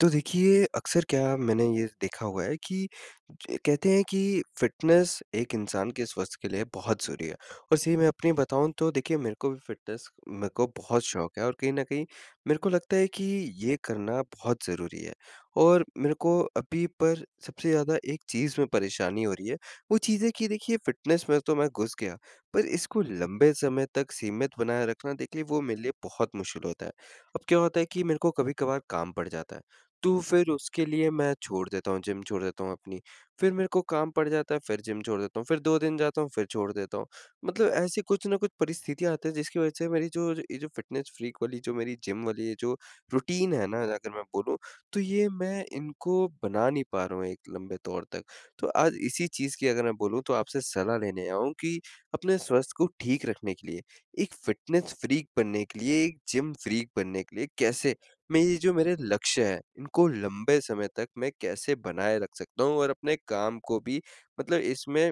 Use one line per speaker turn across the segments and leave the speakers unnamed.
तो देखिए, अक्सर क्या मैंने ये देखा हुआ है कि ज कहते हैं कि फ़िटनेस एक इंसान के स्वास्थ्य के लिए बहुत ज़रूरी है। और सही मैं अपनी बताऊँ तो देखिए मेरे को भी फ़िटनेस मेरे को बहुत शौक है और कहीं न कहीं मेरे को लगता है कि ये करना बहुत ज़रूरी है। और मेरे को अभी पर सबसे ज़्यादा एक चीज़ में परेशानी हो रही है, वो चीज़ है कि देखिए फ़िटनेस में तो मैं घुस गया, पर इसको लंबे समय तक सीमित बनाए रखना देखिए वो मेरे लिए बहुत मुश्किल होता है। अब क्या होता है कि मेरे को कभी-कभार काम पड़ जाता है। तो फिर उसके लिए मैं छोड़ देता हूँ, जिम छोड़ देता हूँ अपनी। फिर मेरे को काम पड़ जाता है, फिर जिम छोड़ देता हूँ, फिर 2 दिन जाता हूँ, फिर छोड़ देता हूँ। मतलब ऐसी कुछ ना कुछ परिस्थितियाँ आती हैं जिसकी वज़ह से मेरी जो ये जो फ़िटनेस फ्रीक वाली जो मेरी जिम वाली ये जो रूटीन है ना अगर मैं बोलूँ, तो ये मैं इनको बना नहीं पा रहा हूँ एक लंबे तौर तक। तो आज इसी चीज़ की अगर मैं बोलूँ तो आपसे सलाह लेने आया हूँ कि अपने स्वास्थ्य को ठीक रखने के लिए, एक फ़िटनेस फ्रीक बनने के लिए, एक जिम फ्रीक बनने के लिए कैसे मैं ये जो मेरे लक्ष्य हैं, इनको लंबे समय तक मैं कैसे बनाए रख सकता हूँ और अपने काम को भी मतलब इसमें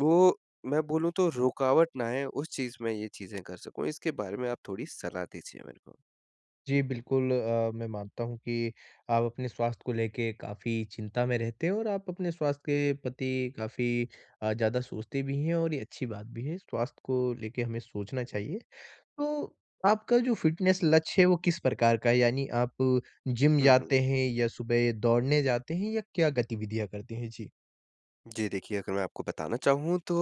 वो मैं बोलूँ तो रुकावट ना आए, उस चीज़ में ये चीज़ें कर सकूँ। इसके बारे में आप थोड़ी सलाह दीजिए मेरे को।
जी, बिल्कुल मैं मानता हूँ कि आप अपने स्वास्थ्य को लेके काफ़ी चिंता में रहते हैं और आप अपने स्वास्थ्य के प्रति काफ़ी ज़्यादा सोचते भी हैं और ये अच्छी बात भी है, स्वास्थ्य को लेके हमें सोचना चाहिए। तो आपका जो फ़िटनेस लक्ष्य है वो किस प्रकार का है? यानी आप जिम
हुँ, हुँ।
जाते हैं या सुबह दौड़ने जाते हैं या क्या गतिविधियाँ करते हैं? जी,
जी देखिए, अगर मैं आपको बताना चाहूँ तो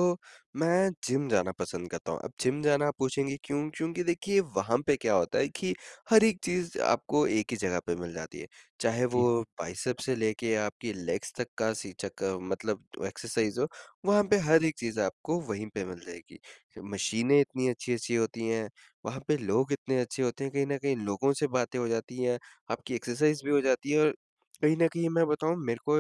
मैं जिम जाना पसंद करता हूँ। अब जिम जाना आप पूछेंगे क्यों? क्योंकि देखिए वहाँ पे क्या होता है कि हर एक चीज़ आपको एक ही जगह पे मिल जाती है। चाहे वो बाइसेप्स से लेके आपकी लेग्स तक का सीचक का मतलब एक्सरसाइज़ हो, वहाँ पे हर एक चीज़ आपको वहीं पे मिल जाएगी। मशीनें इतनी अच्छी-अच्छी होती हैं, वहाँ पे लोग इतने अच्छे होते हैं, कहीं न कहीं लोगों से बातें हो जाती हैं, आपकी एक्सरसाइज़ भी हो जाती है और कहीं न कहीं मैं बताऊँ मेरे को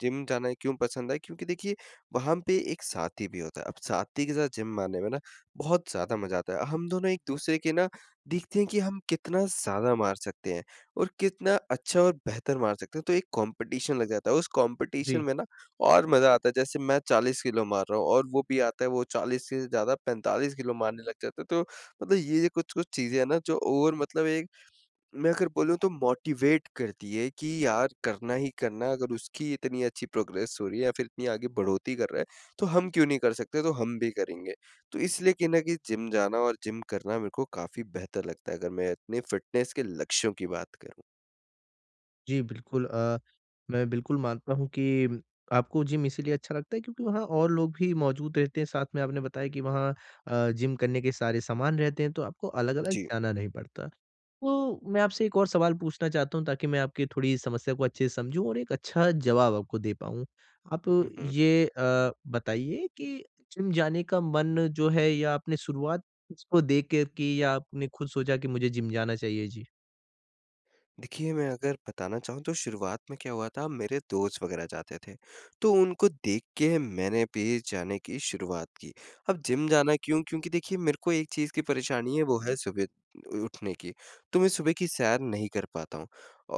जिम जाना क्यों पसंद है क्योंकि देखिए वहाँ पे एक साथी भी होता है। अब साथी के साथ जिम मारने में ना बहुत ज़्यादा मज़ा आता है। हम दोनों एक-दूसरे के ना देखते हैं कि हम कितना ज़्यादा मार सकते हैं और कितना अच्छा और बेहतर मार सकते हैं। तो एक कॉम्पिटिशन लग जाता है। उस कॉम्पिटिशन
जी।
में ना और मज़ा आता है। जैसे मैं 40 किलो मार रहा हूँ और वो भी आता है वो 40 से ज़्यादा 45 किलो मारने लग जाता है। तो मतलब ये कुछ-कुछ चीज़ें हैं ना जो और मतलब एक मैं अगर बोलूँ तो मोटिवेट करती है कि यार करना ही करना अगर उसकी इतनी अच्छी प्रोग्रेस हो रही है या फिर इतनी आगे बढ़ोतरी कर रहा है, तो हम क्यों नहीं कर सकते? तो हम भी करेंगे। तो इसलिए कहीं न कहीं जिम जाना और जिम करना मेरे को काफ़ी बेहतर लगता है अगर मैं अपने फ़िटनेस के लक्ष्यों की बात करूँ।
जी, बिल्कुल मैं बिल्कुल मानता हूँ कि आपको जिम इसीलिए अच्छा लगता है क्योंकि वहाँ और लोग भी मौजूद रहते हैं, साथ में आपने बताया कि वहाँ जिम करने के सारे सामान रहते हैं, तो आपको अलग-अलग
जी।
जाना नहीं पड़ता। तो मैं आपसे एक और सवाल पूछना चाहता हूँ ताकि मैं आपकी थोड़ी समस्या को अच्छे से समझूँ और एक अच्छा जवाब आपको दे पाऊँ। आप
हुँ, हुँ।
ये बताइए कि जिम जाने का मन जो है या आपने शुरुआत किसको देख के की या आपने खुद सोचा कि मुझे जिम जाना चाहिए? जी।
देखिए, मैं अगर बताना चाहूँ तो शुरुआत में क्या हुआ था मेरे दोस्त वग़ैरह जाते थे, तो उनको देख के मैंने भी जाने की शुरुआत की। अब जिम जाना क्यों? क्योंकि देखिए मेरे को एक चीज़ की परेशानी है वो है सुबह उ उठने की, तो मैं सुबह की सैर नहीं कर पाता हूँ।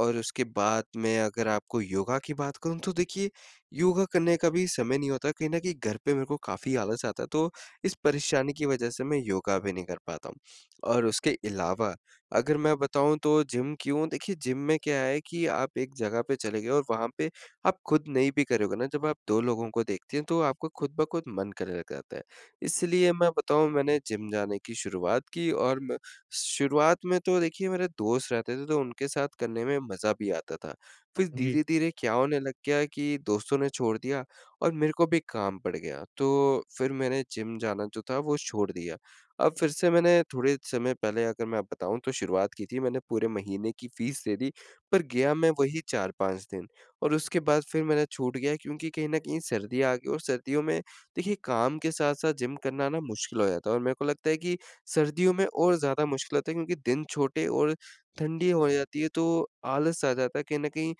और उसके बाद मैं अगर आपको योगा की बात करूँ तो देखिए, योगा करने का भी समय नहीं होता कहीं न कहीं घर पे मेरे को काफ़ी आलस आता है, तो इस परेशानी की वज़ह से मैं योगा भी नहीं कर पाता हूँ। और उसके अलावा अगर मैं बताऊँ तो जिम क्यों? देखिए जिम में क्या है कि आप एक जगह पे चले गए और वहाँ पे आप खुद नहीं भी करोगे ना, जब आप 2 लोगों को देखते हैं तो आपको खुद ब खुद मन करने लग जाता है। इसलिए मैं बताऊँ मैंने जिम जाने की शुरुआत की और म शुरुआत में तो देखिए मेरे दोस्त रहते थे तो उनके साथ करने में मज़ा भी आता था। फिर
जी।
धीरे-धीरे क्या होने लग गया कि दोस्तों ने छोड़ दिया और मेरे को भी काम पड़ गया। तो फिर मैंने जिम जाना जो था वो छोड़ दिया। अब फिर से मैंने थोड़े समय पहले अगर मैं बताऊँ तो शुरुआत की थी मैंने पूरे महीने की फ़ीस दे दी, पर गया मैं वही 4-5 दिन और उसके बाद फिर मेरा छूट गया क्योंकि कहीं न कहीं सर्दियाँ आ गई और सर्दियों में देखिए काम के साथ-साथ जिम करना ना मुश्किल हो जाता है और मेरे को लगता है कि सर्दियों में और ज़्यादा मुश्किल होता है क्योंकि दिन छोटे और ठंडी हो जाती है तो आलस आ जाता है। कहीं न कहीं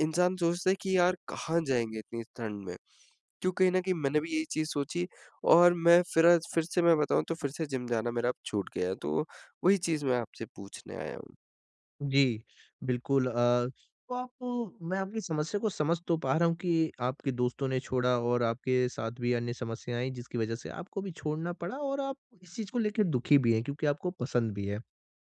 इंसान सोचता है कि यार कहाँ जाएँगे इतनी ठंड में? क्यों कहीं न कहीं मैंने भी यही चीज़ सोची और मैं फिर आज फिर से मैं बताऊँ तो फिर से जिम जाना मेरा अब छूट गया है, तो वही चीज़ मैं आपसे पूछने आया हूँ।
जी, बिल्कुल तो आप मैं आपकी समस्या को समझ तो पा रहा हूँ कि आपके दोस्तों ने छोड़ा और आपके साथ भी अन्य समस्याएँ आई जिसकी वज़ह से आपको भी छोड़ना पड़ा और आप इस चीज़ को लेके दुखी भी हैं क्योंकि आपको पसंद भी है।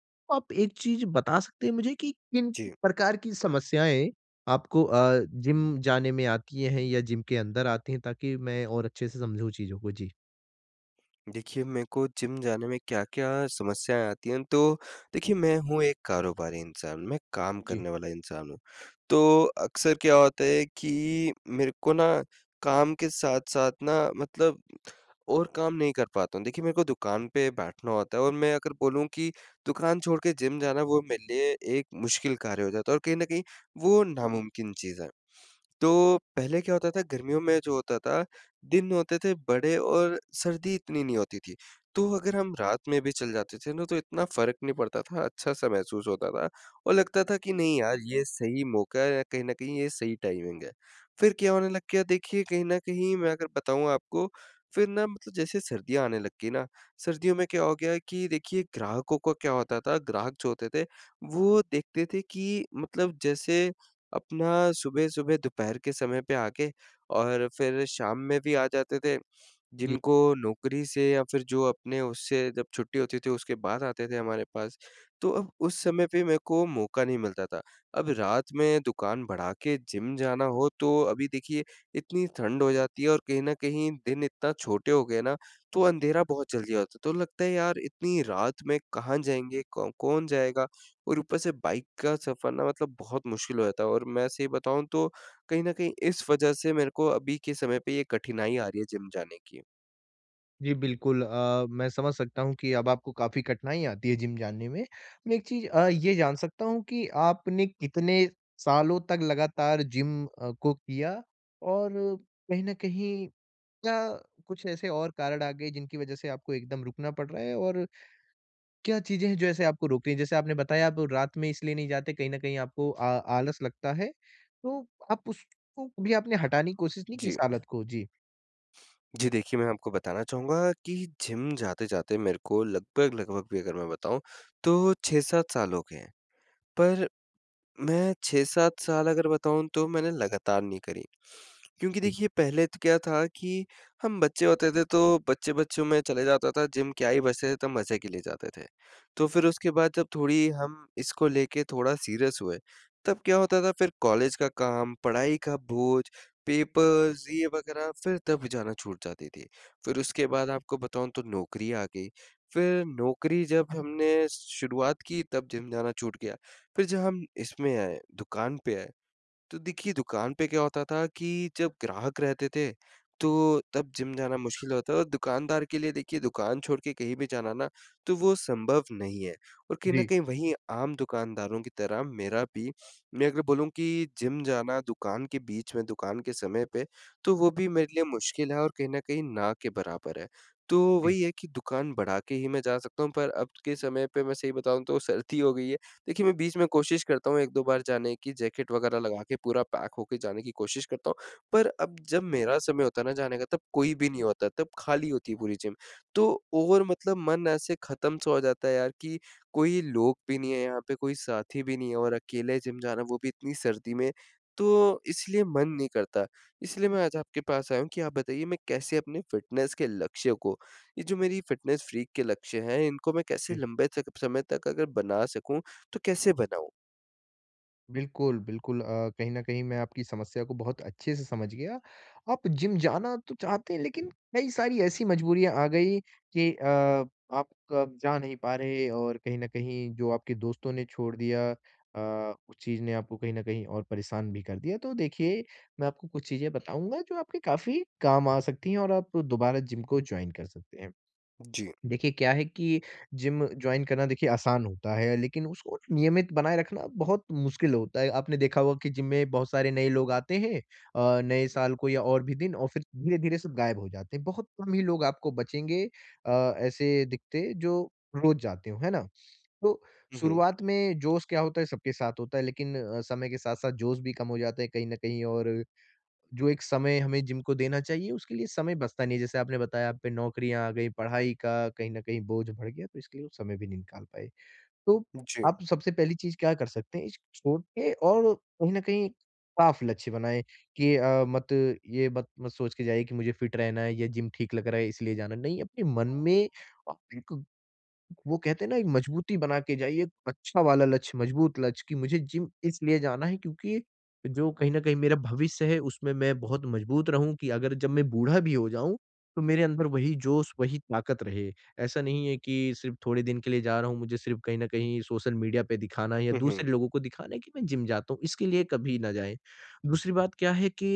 तो आप एक चीज़ बता सकते हैं मुझे कि किन
जी,
प्रकार की समस्याएँ आपको जिम जाने में आती हैं या जिम के अंदर आती हैं ताकि मैं और अच्छे से समझूँ चीज़ों को? जी।
देखिए मेरे को जिम जाने में क्या-क्या समस्याएँ आती हैं, तो देखिए मैं हूँ एक कारोबारी इंसान, मैं काम
जी।
करने वाला इंसान हूँ। तो अक्सर क्या होता है कि मेरे को ना काम के साथ-साथ ना मतलब और काम नहीं कर पाता हूँ। देखिए, मेरे को दुकान पे बैठना होता है और मैं अगर बोलूँ कि दुकान छोड़ के जिम जाना वो मेरे लिए एक मुश्किल कार्य हो जाता है और कहीं न कहीं वो नामुमकिन चीज़ है। तो पहले क्या होता था गर्मियों में जो होता था, दिन होते थे बड़े और सर्दी इतनी नहीं होती थी। तो अगर हम रात में भी चल जाते थे ना तो इतना फ़र्क नहीं पड़ता था, अच्छा-सा महसूस होता था और लगता था कि नहीं यार ये सही मौका है, कहीं न कहीं ये सही टाइमिंग है। फिर क्या होने लग गया देखिए कहीं न कहीं मैं अगर बताऊँ आपको, फिर ना मतलब जैसे सर्दियाँ आने लग गई ना, सर्दियों में क्या हो गया कि देखिए ग्राहकों को क्या होता था, ग्राहक जो होते थे, वो देखते थे कि मतलब जैसे अपना सुबह-सुबह दोपहर के समय पे आके और फिर शाम में भी आ जाते थे। जिनको नौकरी से या फिर जो अपने उससे जब छुट्टी होती थी उसके बाद आते थे हमारे पास। तो अब उस समय पे मेरे को मौका नहीं मिलता था। अब रात में दुकान बढ़ा के जिम जाना हो तो अभी देखिए इतनी ठंड हो जाती है और कहीं न कहीं दिन इतना छोटे हो गए ना तो अंधेरा बहुत जल्दी हो जाता है। तो लगता है यार इतनी रात में कहाँ जाएँगे? कौ कौन जाएगा? और ऊपर से बाइक का सफ़र ना मतलब बहुत मुश्किल हो जाता है और मैं सही बताऊँ तो कहीं न कहीं इस वजह से मेरे को अभी के समय पे ये कठिनाई आ रही है जिम जाने की।
जी, बिल्कुल मैं समझ सकता हूँ कि अब आपको काफ़ी कठिनाई आती है जिम जाने में। मैं एक चीज़ ये जान सकता हूँ कि आपने कितने सालों तक लगातार जिम को किया? और कहीं न कहीं क्या कुछ ऐसे और कारण आ गए जिनकी वज़ह से आपको एकदम रुकना पड़ रहा है? और क्या चीज़ें हैं जो ऐसे आपको रोक रही हैं? जैसे आपने बताया आप रात में इसलिए नहीं जाते कहीं न कहीं आपको आ आलस लगता है। तो आप उसको भी आपने हटाने की कोशिश नहीं की इस
जी।
आदत को? जी,
जी, देखिए मैं आपको बताना चाहूँगा कि जिम जाते-जाते मेरे को लगभग-लगभग भी अगर मैं बताऊँ तो 6-7 साल हो गए हैं। पर मैं 6-7 साल अगर बताऊँ तो मैंने लगातार नहीं करी। क्योंकि
जी,
देखिए पहले तो क्या था कि हम बच्चे होते थे तो बच्चे-बच्चों में चले जाता था जिम क्या ही बचते थे तब मज़े के लिए जाते थे। तो फिर उसके बाद जब थोड़ी हम इसको लेके थोड़ा सीरियस हुए, तब क्या होता था फिर कॉलेज का काम, पढ़ाई का बोझ, पेपर्स ये वग़ैरह फिर तब जाना छूट जाती थी। फिर उसके बाद आपको बताऊँ तो नौकरी आ गई। फिर नौकरी जब हमने शुरुआत की तब जिम जाना छूट गया। फिर जब हम इसमें आए, दुकान पे आए, तो देखिए दुकान पे क्या होता था कि जब ग्राहक रहते थे, तो तब जिम जाना मुश्किल होता है और दुकानदार के लिए देखिए दुकान छोड़ के कहीं भी जाना ना, तो वो संभव नहीं है और कहीं न
जी,
कहीं वहीं आम दुकानदारों की तरह मेरा भी मैं अगर बोलूँ कि जिम जाना दुकान के बीच में, दुकान के समय पे, तो वो भी मेरे लिए मुश्किल है और कहीं न कहीं ना के बराबर है। तो
जी,
वही है कि दुकान बढ़ा के ही मैं जा सकता हूँ पर अब के समय पे मैं सही बताऊँ तो सर्दी हो गई है। देखिए, मैं बीच में कोशिश करता हूँ 1-2 बार जाने की, जैकेट वगैरह लगा के पूरा पैक होके जाने की कोशिश करता हूँ, पर अब जब मेरा समय होता है ना जाने का तब कोई भी नहीं होता, तब खाली होती है पूरी जिम। तो और मतलब मन ऐसे खत्म-सा हो जाता है यार कि कोई लोग भी नहीं है यहाँ पे, कोई साथी भी नहीं है और अकेले जिम जाना वो भी इतनी सर्दी में, तो इसलिए मन नहीं करता। इसलिए मैं आज आपके पास आया हूँ कि आप बताइए मैं कैसे अपने फ़िटनेस के लक्ष्य को ये जो मेरी फ़िटनेस फ्रीक के लक्ष्य हैं, इनको मैं कैसे
जी।
लंबे तक समय तक अगर बना सकूँ तो कैसे बनाऊँ?
बिल्कुल, बिल्कुल कहीं न कहीं मैं आपकी समस्या को बहुत अच्छे से समझ गया। आप जिम जाना तो चाहते हैं लेकिन कई सारी ऐसी मजबूरियाँ आ गई कि आप कब जा नहीं पा रहे और कहीं न कहीं जो आपके दोस्तों ने छोड़ दिया उस चीज़ ने आपको कहीं न कहीं और परेशान भी कर दिया। तो देखिए, मैं आपको कुछ चीज़ें बताऊँगा जो आपके काफ़ी काम आ सकती हैं और आप दोबारा जिम को जॉइन कर सकते हैं।
जी।
देखिए, क्या है कि जिम जॉइन करना देखिए आसान होता है, लेकिन उसको नियमित बनाए रखना बहुत मुश्किल होता है। आपने देखा होगा कि जिम में बहुत सारे नए लोग आते हैं नए साल को या और भी दिन, और फिर धीरे-धीरे सब गायब हो जाते हैं। बहुत कम ही लोग आपको बचेंगे अ, ऐसे दिखते जो रोज़ जाते हो, है ना? तो
हुँ, हुँ।
शुरुआत में जोश क्या होता है सबके साथ होता है, लेकिन समय के साथ-साथ जोश भी कम हो जाता है कहीं न कहीं, और जो एक समय हमें जिम को देना चाहिए, उसके लिए समय बचता नहीं है। जैसे आपने बताया आप पे नौकरियाँ आ गई, पढ़ाई का कहीं न कहीं बोझ बढ़ गया, तो इसके लिए वो समय भी नहीं निकाल पाए। तो
जी।
आप सबसे पहली चीज़ क्या कर सकते हैं, इस छोटे और कहीं न कहीं साफ लक्ष्य बनाएँ कि अ, मत ये मत मत सोच के जाइए कि मुझे फिट रहना है या जिम ठीक लग रहा है इसलिए जाना है। नहीं, अपने मन में आप एक, वो कहते हैं ना, एक मजबूती बना के जाइए, एक अच्छा वाला लक्ष्य, मजबूत लक्ष्य कि मुझे जिम इसलिए जाना है क्योंकि जो कहीं न कहीं मेरा भविष्य है उसमें मैं बहुत मजबूत रहूँ, कि अगर जब मैं बूढ़ा भी हो जाऊँ, तो मेरे अंदर वही जोश, वही ताकत रहे। ऐसा नहीं है कि सिर्फ़ थोड़े दिन के लिए जा रहा हूँ, मुझे सिर्फ़ कहीं न कहीं सोशल मीडिया पे दिखाना है या
हुँ, हुँ।
दूसरे लोगों को दिखाना है कि मैं जिम जाता हूँ, इसके लिए कभी ना जाएँ। दूसरी बात क्या है कि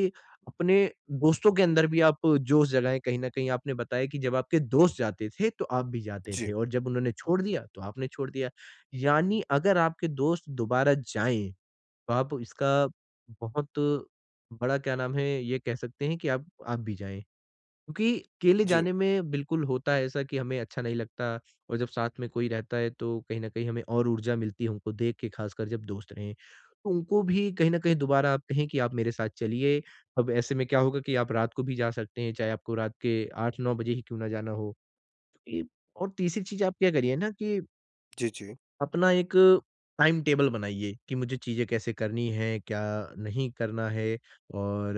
अपने दोस्तों के अंदर भी आप जोश जगाएँ, कहीं न कहीं आपने बताया कि जब आपके दोस्त जाते थे, तो आप भी जाते
जी,
थे, और जब उन्होंने छोड़ दिया, तो आपने छोड़ दिया। यानी अगर आपके दोस्त दोबारा जाएँ, तो आप इसका बहुत बड़ा, क्या नाम है, ये कह सकते हैं कि आप भी जाएँ। क्योंकि अकेले
जी,
जाने में बिल्कुल होता है ऐसा कि हमें अच्छा नहीं लगता, और जब साथ में कोई रहता है तो कहीं न कहीं हमें और ऊर्जा मिलती है उनको देख के, खासकर जब दोस्त रहें। तो उनको भी कहीं न कहीं दोबारा आप कहें कि आप मेरे साथ चलिए। अब ऐसे में क्या होगा कि आप रात को भी जा सकते हैं, चाहे आपको रात के 8-9 बजे ही क्यों ना जाना हो। ये, और तीसरी चीज़ आप क्या करिए ना कि
जी, जी।
अपना एक टाइम टेबल बनाइए कि मुझे चीज़ें कैसे करनी हैं, क्या नहीं करना है, और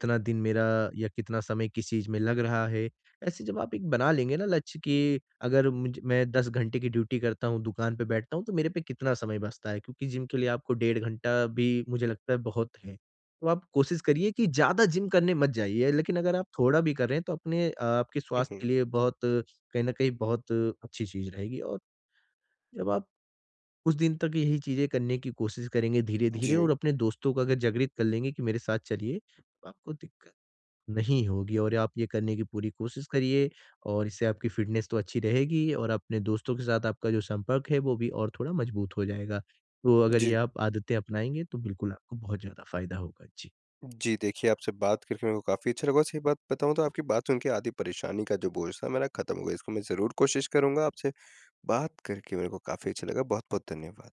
कितना दिन मेरा या कितना समय किस चीज़ में लग रहा है। ऐसे जब आप एक बना लेंगे ना लक्ष्य कि अगर मुझ मैं 10 घंटे की ड्यूटी करता हूँ, दुकान पे बैठता हूँ, तो मेरे पे कितना समय बचता है, क्योंकि जिम के लिए आपको 1.5 घंटा भी मुझे लगता है बहुत है। तो आप कोशिश करिए कि ज़्यादा जिम करने मत जाइए, लेकिन अगर आप थोड़ा भी कर रहे हैं तो अपने, आपके
हुँ,
स्वास्थ्य के
हुँ।
लिए बहुत कहीं न कहीं बहुत अच्छी चीज़ रहेगी, और जब आप कुछ दिन तक यही चीज़ें करने की कोशिश करेंगे धीरे-धीरे
जी,
और अपने दोस्तों को अगर जागृत कर लेंगे कि मेरे साथ चलिए, तो आपको दिक्कत नहीं होगी, और आप ये करने की पूरी कोशिश करिए, और इससे आपकी फ़िटनेस तो अच्छी रहेगी और अपने दोस्तों के साथ आपका जो संपर्क है वो भी और थोड़ा मजबूत हो जाएगा। तो अगर ये
जी,
आप आदतें अपनाएँगे तो बिल्कुल आपको बहुत ज़्यादा फ़ायदा होगा। जी।
जी। देखिए, आपसे बात करके मेरे को काफ़ी अच्छा लगा। सही बात बताऊँ तो आपकी बात सुन के आधी परेशानी का जो बोझ था मेरा खत्म हो गया। इसको मैं ज़रूर कोशिश करूँगा। आपसे बात करके मेरे को काफ़ी अच्छा लगा। बहुत-बहुत धन्यवाद।